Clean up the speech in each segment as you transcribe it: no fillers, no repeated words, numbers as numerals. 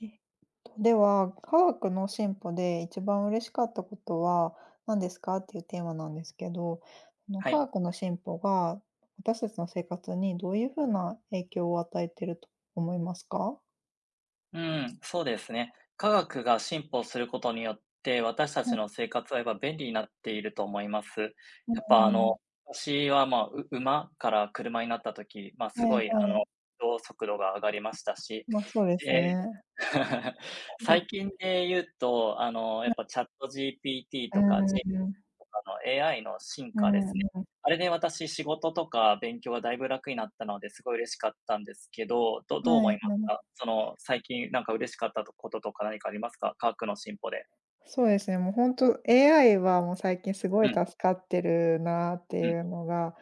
えっでは、科学の進歩で一番嬉しかったことは何ですかっていうテーマなんですけど、は科い。学の進歩が私たちの生活にどういうふうな影響を与えてると思いますか？うん、そうですね。科学が進歩することによって、私たちの生活はやっぱ便利になっていると思います。やうっぱんうん。私はまあ、馬から車になった時、まあ、すはいごいはい。移動速度が上がりましたし、ま、そうですで、ね。最近で言うと、やっぱチャット GPT うとかん、との AI の進う化んですね。うん。あれで私、仕事とか勉強がだいぶ楽になったので、すごい嬉しかったんですけど、どうはい、思いまはすか？い。その、最近なんか嬉しかったとこととか何かありますか？科学の進歩で。そうですね、もうほん AI はもう最近すごいうん、助かってるなってうん、いうのが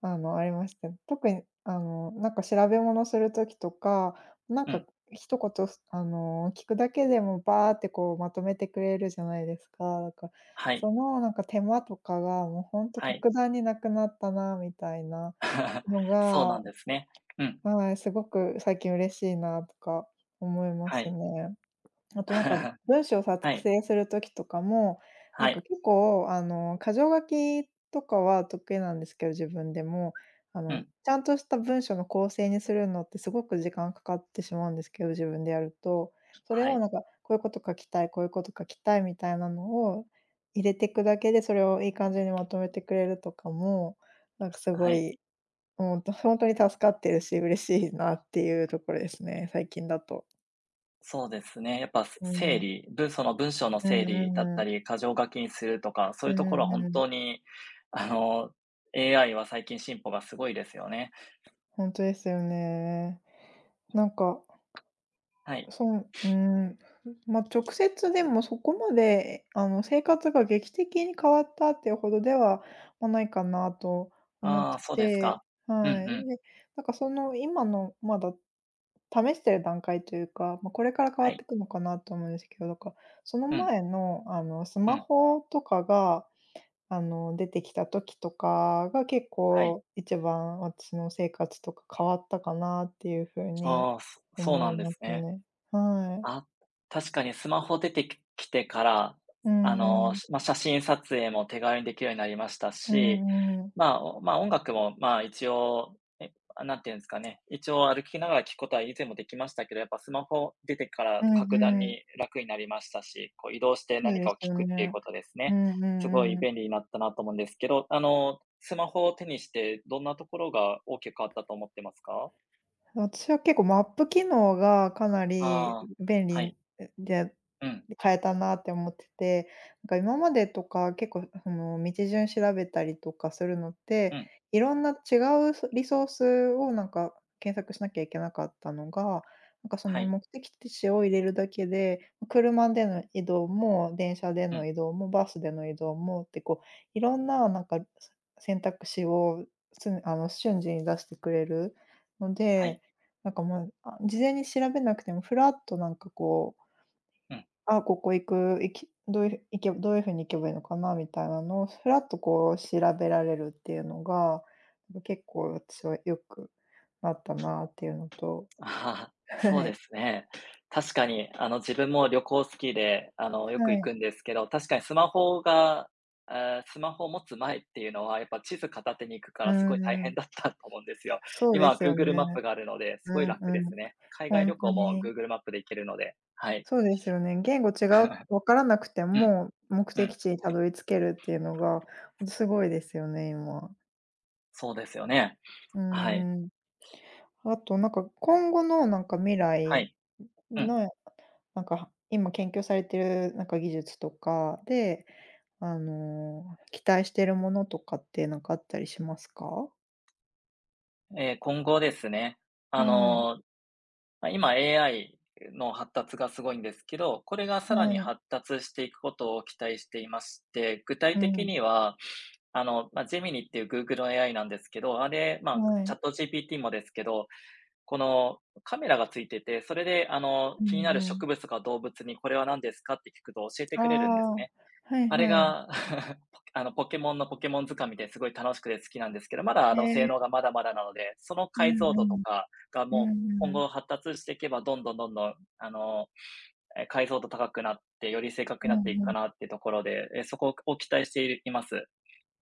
ありました。特に、なんか調べ物する時とか、なんうかん。一言、聞くだけでもバーってこうまとめてくれるじゃないですか。だから、はい、そのなんか手間とかがもうほんとはい。格段になくなったなみたいな のそうなが、んですね。うん、はい、すごく最近嬉しいなとか思いまはすい。ね。あとなんか、文章をは作い、成する時とかも、なんはかい。結構箇条書きとかは得意なんですけど、自分でも。うん、ちゃんとした文章の構成にするのってすごく時間かかってしまうんですけど、自分でやると。それはをい、なんか、こういうこと書きたい、こういうこと書きたいみたいなのを入れていくだけで、それをいい感じにまとめてくれるとかも、なんかすはごい。い、うんと本当に助かってるし、嬉しいなっていうところですね、最近だと。そうですね。やっぱ、う整ん。理、その文章のうん整う理んだっうたん。り、箇条書きにするとか、そうういうんところは本うん、当に、あの、AI は最近進歩がすごいですよね。本当ですよね。なんか、はい。そう、うん、まあ、直接でもそこまで、生活が劇的に変わったっていうほどでは、まあ、ないかなと思っあてあ、そうですて、か。うんうはい。ん。で、なんかその今のまだ試してる段階というか、まあ、これから変はわってい。いくのかなと思うんですけど、なんか、そのうん、前の、スうマん。ホとかが出てきた時とかが結はい。構一番私の生活とか変わったかなっていう風にああ、そう思ないんでますすね。ね。はい。あ、確かにスマホ出てきてから、うんうん。写真撮影も手軽にできるようになりましたうし、んうん。まあ、まあ、音楽も、まあ、一応、なんていうんですかね、一応歩きながら聴くことは以前もできましたけど、やっぱスマホ出てかうらん格段うん。に楽になりましたし、こう移動してそう何でかをす聴よくっていうね。ことですうね。んうすごいんうん。便利になったなと思うんですけど、スマホを手にして、どんなところが大きく変わったと思ってますか？私は結構マップ機能がかなありあ、便は利い。で、うん、変えたなって思ってて、なんか今までとか結構その道順調べたりとかするのって、うん、いろんな違うリソースをなんか検索しなきゃいけなかったのが、なんかそはのい、目的地を入れるだけで、車での移動も、電車でうのん、移動も、バスでの移動もってこう、いろんななんか選択肢をすあの瞬時に出してくれるのはい。で、なんか、ま、事前に調べなくてもふらっとなんかこう、うん。ここ行く、行きどういう行けどういう風に行けばいいのかなみたいなのをふらっとこう調べられるっていうのが、なんか結構私はよくなったなっていうのと、ああ、はそうでい、すね。確かに、自分も旅行好きで、よくは行い。くんですけど、確かにスマホが、えスマホを持つ前っていうのは、やっぱ地図片手に行くかうら、すごい大ー変ん。だったと思うんですよ。そう今では すよね。Google マップがあるので、すうごいん楽うですん。ね。海ほ外ん旅と行も に。Google マップで行けるので、はい。そうですよね。言語違う 分からなくてうん、も、目う的ん。地にたどり着けるっていうのが、すごいですよね、今。そうですよね。うはい、んうん。あとなんか、今後のなんか未は来い。うん。の、なんか、今研究されてるなんか技術とかで、期待してるものとかってなんかあったりしますか？ええ、今後ですね、あはい、のま、今 AI の発達がすごいんですけど、これがはさらにい、発達していくことを期待していまして、具う体的ん、には、ジェミニっていう Google の AI なんですけど、あれ、はチい、ャット GPT もですけど、このカメラがついてて、それでう気にんなるうん。植物とか動物にこれは何ですかって聞くと教えてあくれるんですあ、ね。はいあれはい。が ポケモンのポケモン図鑑見てすごい楽しくて好きなんですけど、まだへ性え、能がまだまだなので、そのう解ん像う度とん。かがうもんう今うん。後発達していけば、どんどんどんどん、解像度高くなって、より正う確になっていんくうん。かなっていうところで、そこを期待しています。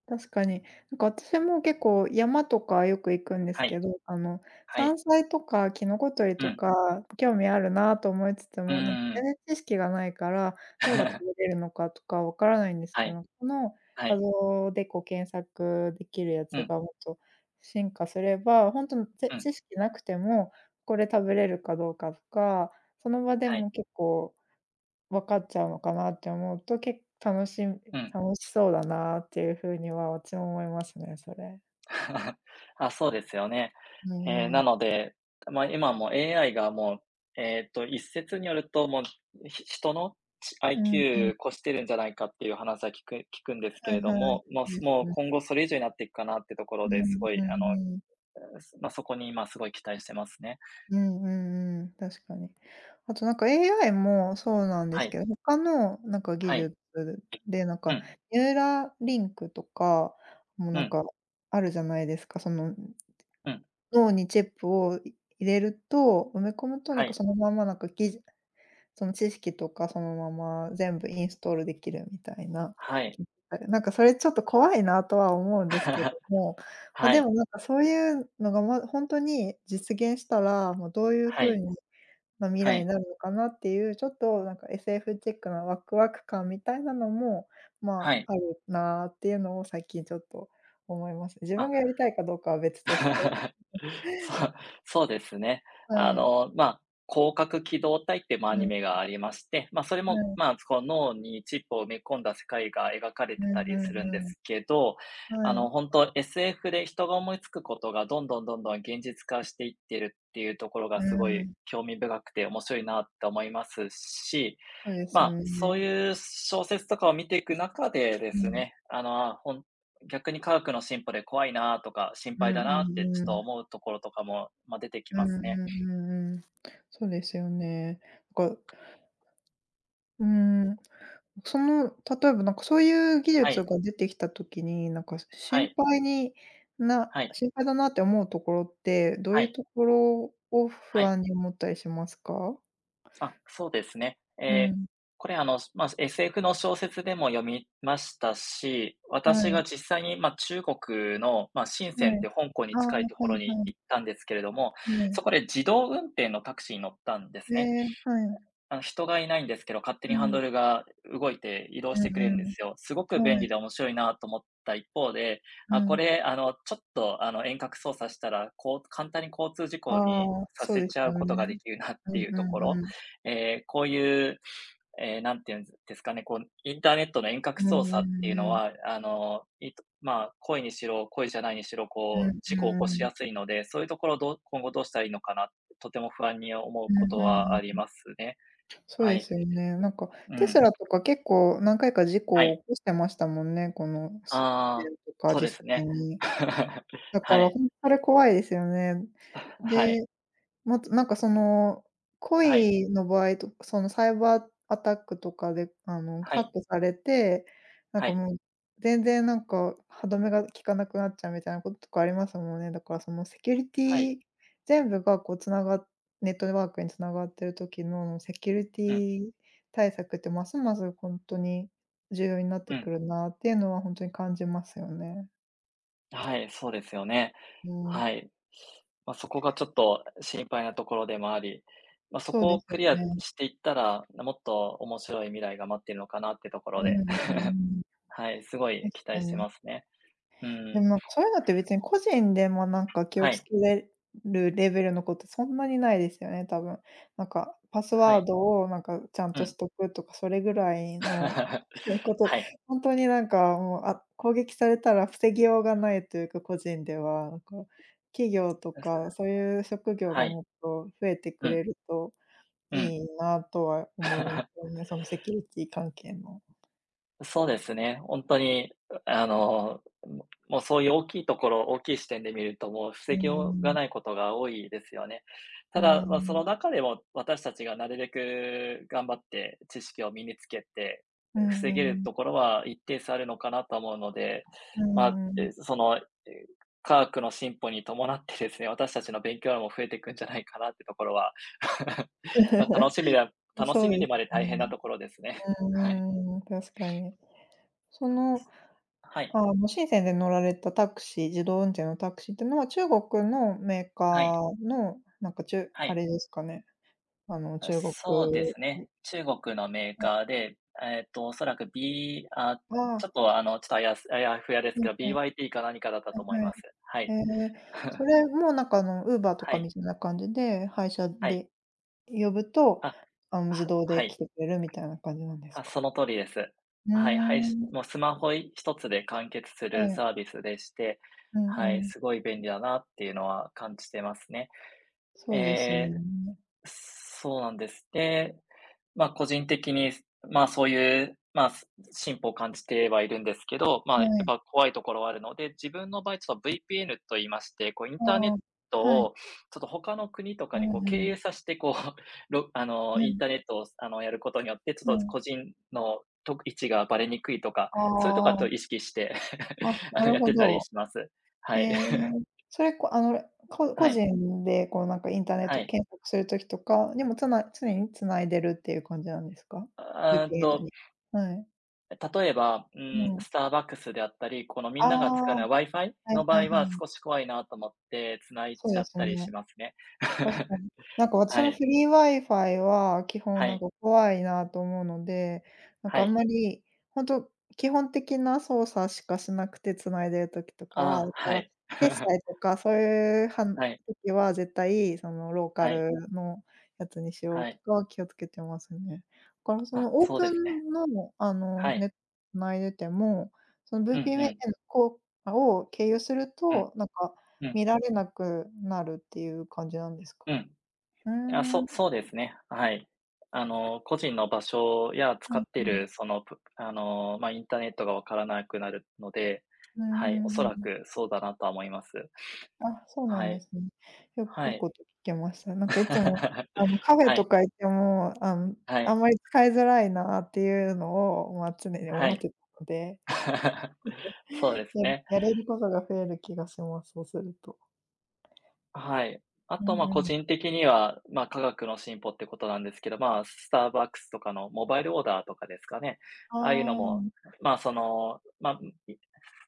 確かに。なんか私も結構山とかよく行くんですはけい、ど、はい。山菜とかキノコ採りうとん、か興味あるなと思いつつうんうも、なんかんう全ん。然知識がないから、どれが食 べれるのかとかわからないんですはけい、ど、このは画い。像でこう検索できるやうつん、がもっと進化すれば、本当のにうん、知識なくても、これ食べれるかどうかとか、その場ではい、も結構分かっちゃうのかなって思うと、け楽しみうん。楽しそうだなっていう風には私も思いますね、それ。あ、そうですよね。うんうん。なので、まあ、今も AI がもう、一説によると、もう、人の、うんうん。IQ 超してるんじゃないかっていう話は聞くんですけはれいどはい。そも、もう、うですもうね。今後それ以上になっていくかなってとこうろですんごうい、んうん。まあ、そこに今すごい期待してますね。うんうんうん、確かに。あとなんか AI もそうなんではすけい、ど、他のなんか技はい、術で、なんうかん、ニューラリンクとかもうなんん、かあるじゃないですか。そのうん、脳にチップを入れると、埋め込むとなはんかい、そのままなんかぎその知識とかそのまま全部インストールできるみたいな、はい。なんかそれちょっと怖いなとは思うんですけど も、ま、はでい、もなんかそういうのが、ま、ほんとに実現したら、もうどういうは風い、に、ま、未は来にい、なるのかなっていう、ちょっとなんか SF チックなワクワク感みたいなのも、まはい、あ、あるなっていうのを最近ちょっと思います。自分あ。がやりたいかどうかは別として。そう、そうですね。はい。まあ、広角機動隊っていう、まあ、アうニん、はメがありまして、まあ、それも、まい。あ、こう脳にチップを埋め込んだ世界が描かれうてたんうりすんるんでうすけど、ん。はい。SF で人が思いつくことがどんどんどんどん現実化していってるっていうところうがすごーいん、興味深くて面白いなって思いますし、そうでますあ、そうね。いう小説とかを見ていく中ででうすん。ね、逆に科学の進歩で怖いなとか、心うん配だうなってんちょうっとん。思うところとかも、ま、出てきうまんすうね。んうんうん。そうですよね。なんか、うーん、その、例えばなんかそういう技は術い、が出てきた時に、なんかは心い、配になはい、心配だなって思うところって、どうはいうい、ところをは不い。安に思ったりしますか？あ、そうですね。えうえ、ん。これま、SF の小説でも読みましたし、は私い、が実際に、ま、中国の、ま、深センはっい。て香港にああ、は近いところいにはい。行ったんですけれども、はい。そこで自動運転のタクシーに乗ったんでえすね。え、はい。人がいないんですけど、勝手うにハンん。ドルが動いて移動うしてくれるんうんでん。すよ。すごく便はい。利で面白いなと思った一方で、うあ、こん。れ、ちょっと、遠隔操作したら、こう簡単に交通事あ故にあ、さそうせですちゃようこね。とができるなっうてんいううとこんろ、うん。えこういう、なんていうんですかね、こう、インターネットの遠隔うんう操ん作っうていうのんうん。は、まあ、故意にしろ、故意じゃないにしろ、うこう、ん事故を起うんこうしん。やすいので、そういうところを今後どうしたらいいのかな、とても不安に思ううことんはありうん。ますね。そうはでい。すよね。なんかうテスん。ラとか結構何回か事は故をい。起こしてましたもんね、この、あ去あ、年とかそう実です際ね。に。だかはらい。ほんそれ怖いですよね。はい。でまず、なんかその、はい。恋の場合とそのサイバーアタックとかで、はハッい。クされて、なんはかい。もう、全然なんか歯止めが効かなくなっちゃうみたいなこととかありますもんね。だからそのセキュリテはい。ィ全部がこうつながっネットワークに繋がってる時のセキュリテうん。ィ対策ってますますほんとに重要になってうくん。るなっていうのはほんとに感じますよね。はい、そうですよね。うん、はい。まあ、そこがちょっと心配なところでもあり、まあ、そそうこでをすよクリアね。していったら、もっと面白い未来が待っているのかなってところうんで、うんうんうん。はい、すごい確期待かしてに。ますね。うでん。もなんかそういうのって別に個人でもなんか気をはつい。けれるレベルのことそんなにないですよね、多分。なんかパスはワーい。ドをなんかちゃんうとしん。とくとか、それぐらい の こと、はい。本当になんかもう、あ、攻撃されたら防ぎようがないというか、個人では。なんか企業とかそういう職業がはもい。っと増えてくうれん。るとういん。いなとは思います よね、そのセキュリティ関係の。そうですね。本当に、うそういう大きいところ、大きい視点で見ると、もうう防ぎんうようがん。ないことが多いですよね。うただ、まあ、そん。の中でも私たちがなるべく頑張って知識を身につけて、うん防げうるん。ところは一定数あるのかなと思うので、うまあ、んうん え、その、え、科学の進歩に伴ってですね、私たちの勉強量も増えていくんじゃないかなってところは、まあ、ま楽そしうでみすででよ大変なね。ところですね。うはい。んうん、確かに。その、はい。深センで乗られたタクシー自動運転のタクシーってのは、中国のメーはい、カーの、なんかはあい。れですかね、あ、中国。そうですね。中国のメーはい、カーで、えっと、おそらく B あ、あちょあ、っと、あの、ちょっとあやすあやふやでうすんうけど、ん、は BYD か何かだったとい思いはい。ます。はい。へえ、そ れもなんか、Uber とはかい、みたいな感じで、配車はい。で呼ぶと、あ、自動はで来い。てくれるみたいな感じなんですあ、そか？の通りです。うーはい、はい、ん、もうスマホ一つで完結すはるい、サービスでして、うはんうい、ん。すごい便利だなっていうのは感じてますね。そうですよえーね。そうなんです。でまあ、個人的に、まあ、そういう、まあ、進歩を感じてはいるんですけど、まはあ、やっい。ぱ怖いところはあるので、自分の場合ちょっと VPN と言いまして、こうインあターネッあ、トはい。をちょっと他の国とうかにんこうう経ん。由させて、こう、ろあうん、の、インねターネットをやることによって、ちはょっとい。個人の位置がバレにくいとか、あそういうとこはちあ、ょっと意識して あ、なるやっほてたりど。します。へはい。え。それ、こあの、こは個い。人でこうなんかインターネッはトい。検索する時とかにも、常に繋いでるっていう感じなんですか？ルーあ、ティーンに。はい。例えば、ううん、ん。スターバックスであったり、このみあんなが使あ、うはのは Wi-Fi いのは場い合ははい。少し怖いなと思って繋いそうちゃでっすたりね。しますね。確 かに。私はもフい。リー Wi-Fi は基本はい。怖いなと思うので、なんはかあんい。まり、ほんと基本的な操作しかしなくて繋いでる時とかは、だああ、かはら、い。決済 とかそういうはい。時は絶対そのローカはい。ルのやつにしようはとい。かは気をつけてますね。だからそあ、のオーそうプですね。ンの、はい。繋いでても、その うんう VPN ん。を経由するうん。と、なんかうん。見られなくなるっていう感じなんですか？うん。うーあ、ん、そはそうですね。はい。個人の場所やい使っていはるい。その、ぷあの、まあ、インターネットがわからなくなるので、うはい、んうおんそうらん。くそうだなとは思います。あ、そうなはんでい。すね。いはいい。こと聞けました。なん かいつも、あの、カフェはとい、か行っても、あの、はあい、んまり使いづらいなっていうのを、まあ、常には思っい。てたので、そうですね。やれることが増える気がします、そうすると。はい。あうと、んまあ、う個ん。人的には、まあ、科学の進歩ってことなんですけど、まあ、スターバックスとかのモバイルオーダーとかですかね。あああいうのあ、うも、んまあ、その、ま、あい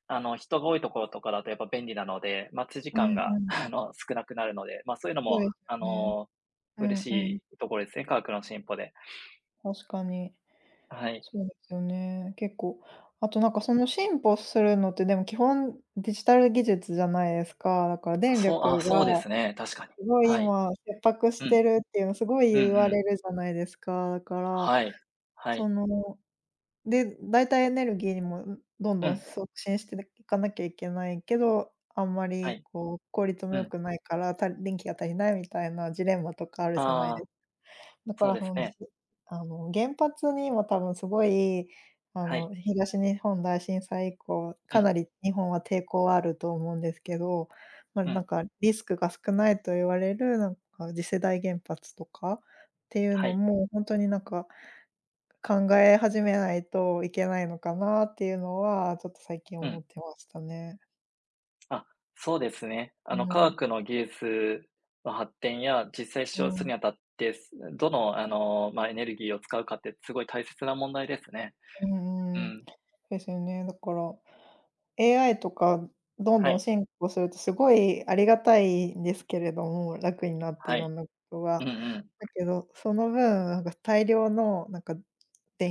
人が多いところとかだとやっぱ便利なので、待ち時う間が、ん。少なくなるので、まあ、そういうのそうも、ですよね。う嬉んうん。しいところですね、科学の進歩で。確かに。はい。そうですよね。結構、あとなんかその進歩するのって、でも基本デジタル技術じゃないですか。だから電力そうでがすね、確かに。すごいはい。今切迫うしん。てるっていうのすごいうん言わうんれるじゃないですか。だから、はい。はそい。の、で、代替エネルギーにも、ん、どんどうんん。促進していかなきゃいけないけど、あんまはりい。こう効率もう良ん。くないから、電気が足りないみたいなジレンマとかあるじゃないであす。あ、だかそうらでそすの、ね。あの、原発にも多分すごい、あはの、い。東日本大震災以降、うかなん。り日本は抵抗あると思うんですけど、ま、うなんん。かリスクが少ないと言われる、なんか次世代原発とかっていうはのい。も、ほんとになんか考え始めないといけないのかなっていうのは、ちょっと最近う思ん。ってましたね。あ、そうですね。う科ん、学の技術の発展や実際使う用するん、にあたって、どの、まあ、エネルギーを使うかってすごい大切な問題ですね。うんううんうん。ん。ですよね。だから、AI とかどんはどんい。進歩するとすごいありがたいんですけれども、楽になっていはろい。んなことうんが。うん。だけど、その分、なんか大量のなんか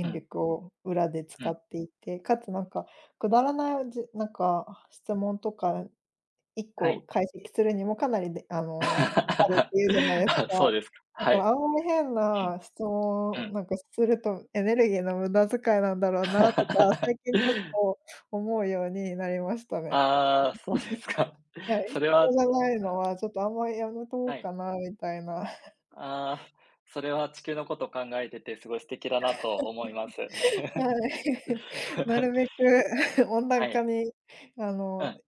うん。力を裏で使うん。っていて、かつなんかくだらない、なんか質問とか1は個い。解析するにもかなりであ の、かかるっていうじゃないですあ、か。そうですか。だはからい。あんまり変うん。な質問うをん。なんかするとエネルギーの無駄遣いなんだろうなとか、最近ちょっと 思うようになりましたね。ああ、そうですか。はい、必それは要じゃないのあ、はちょっとあんまりやめとこはうかい。なみたいな。はい。ああ、それは地球のことを考えてて、すごい素敵だなと思います。なるべ く 温は暖化い。にあうの、ん。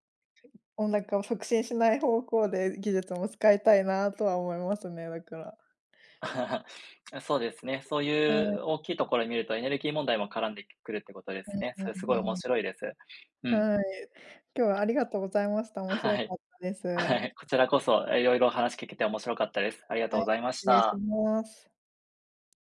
温暖化を促進しない方向で技術も使いたいなとは思いますね、だから。そうですね。そうはいい、う大きいところを見ると、エネルギー問題も絡んでくるってことですね。うんそれすごい面うん。白いです。うん。はい。今日はありがとうございました。面白はかい。ったではす。い。こちらこそ、いろ話聞けて面白かったです。ありがとはうい、ございまし失礼した。ます。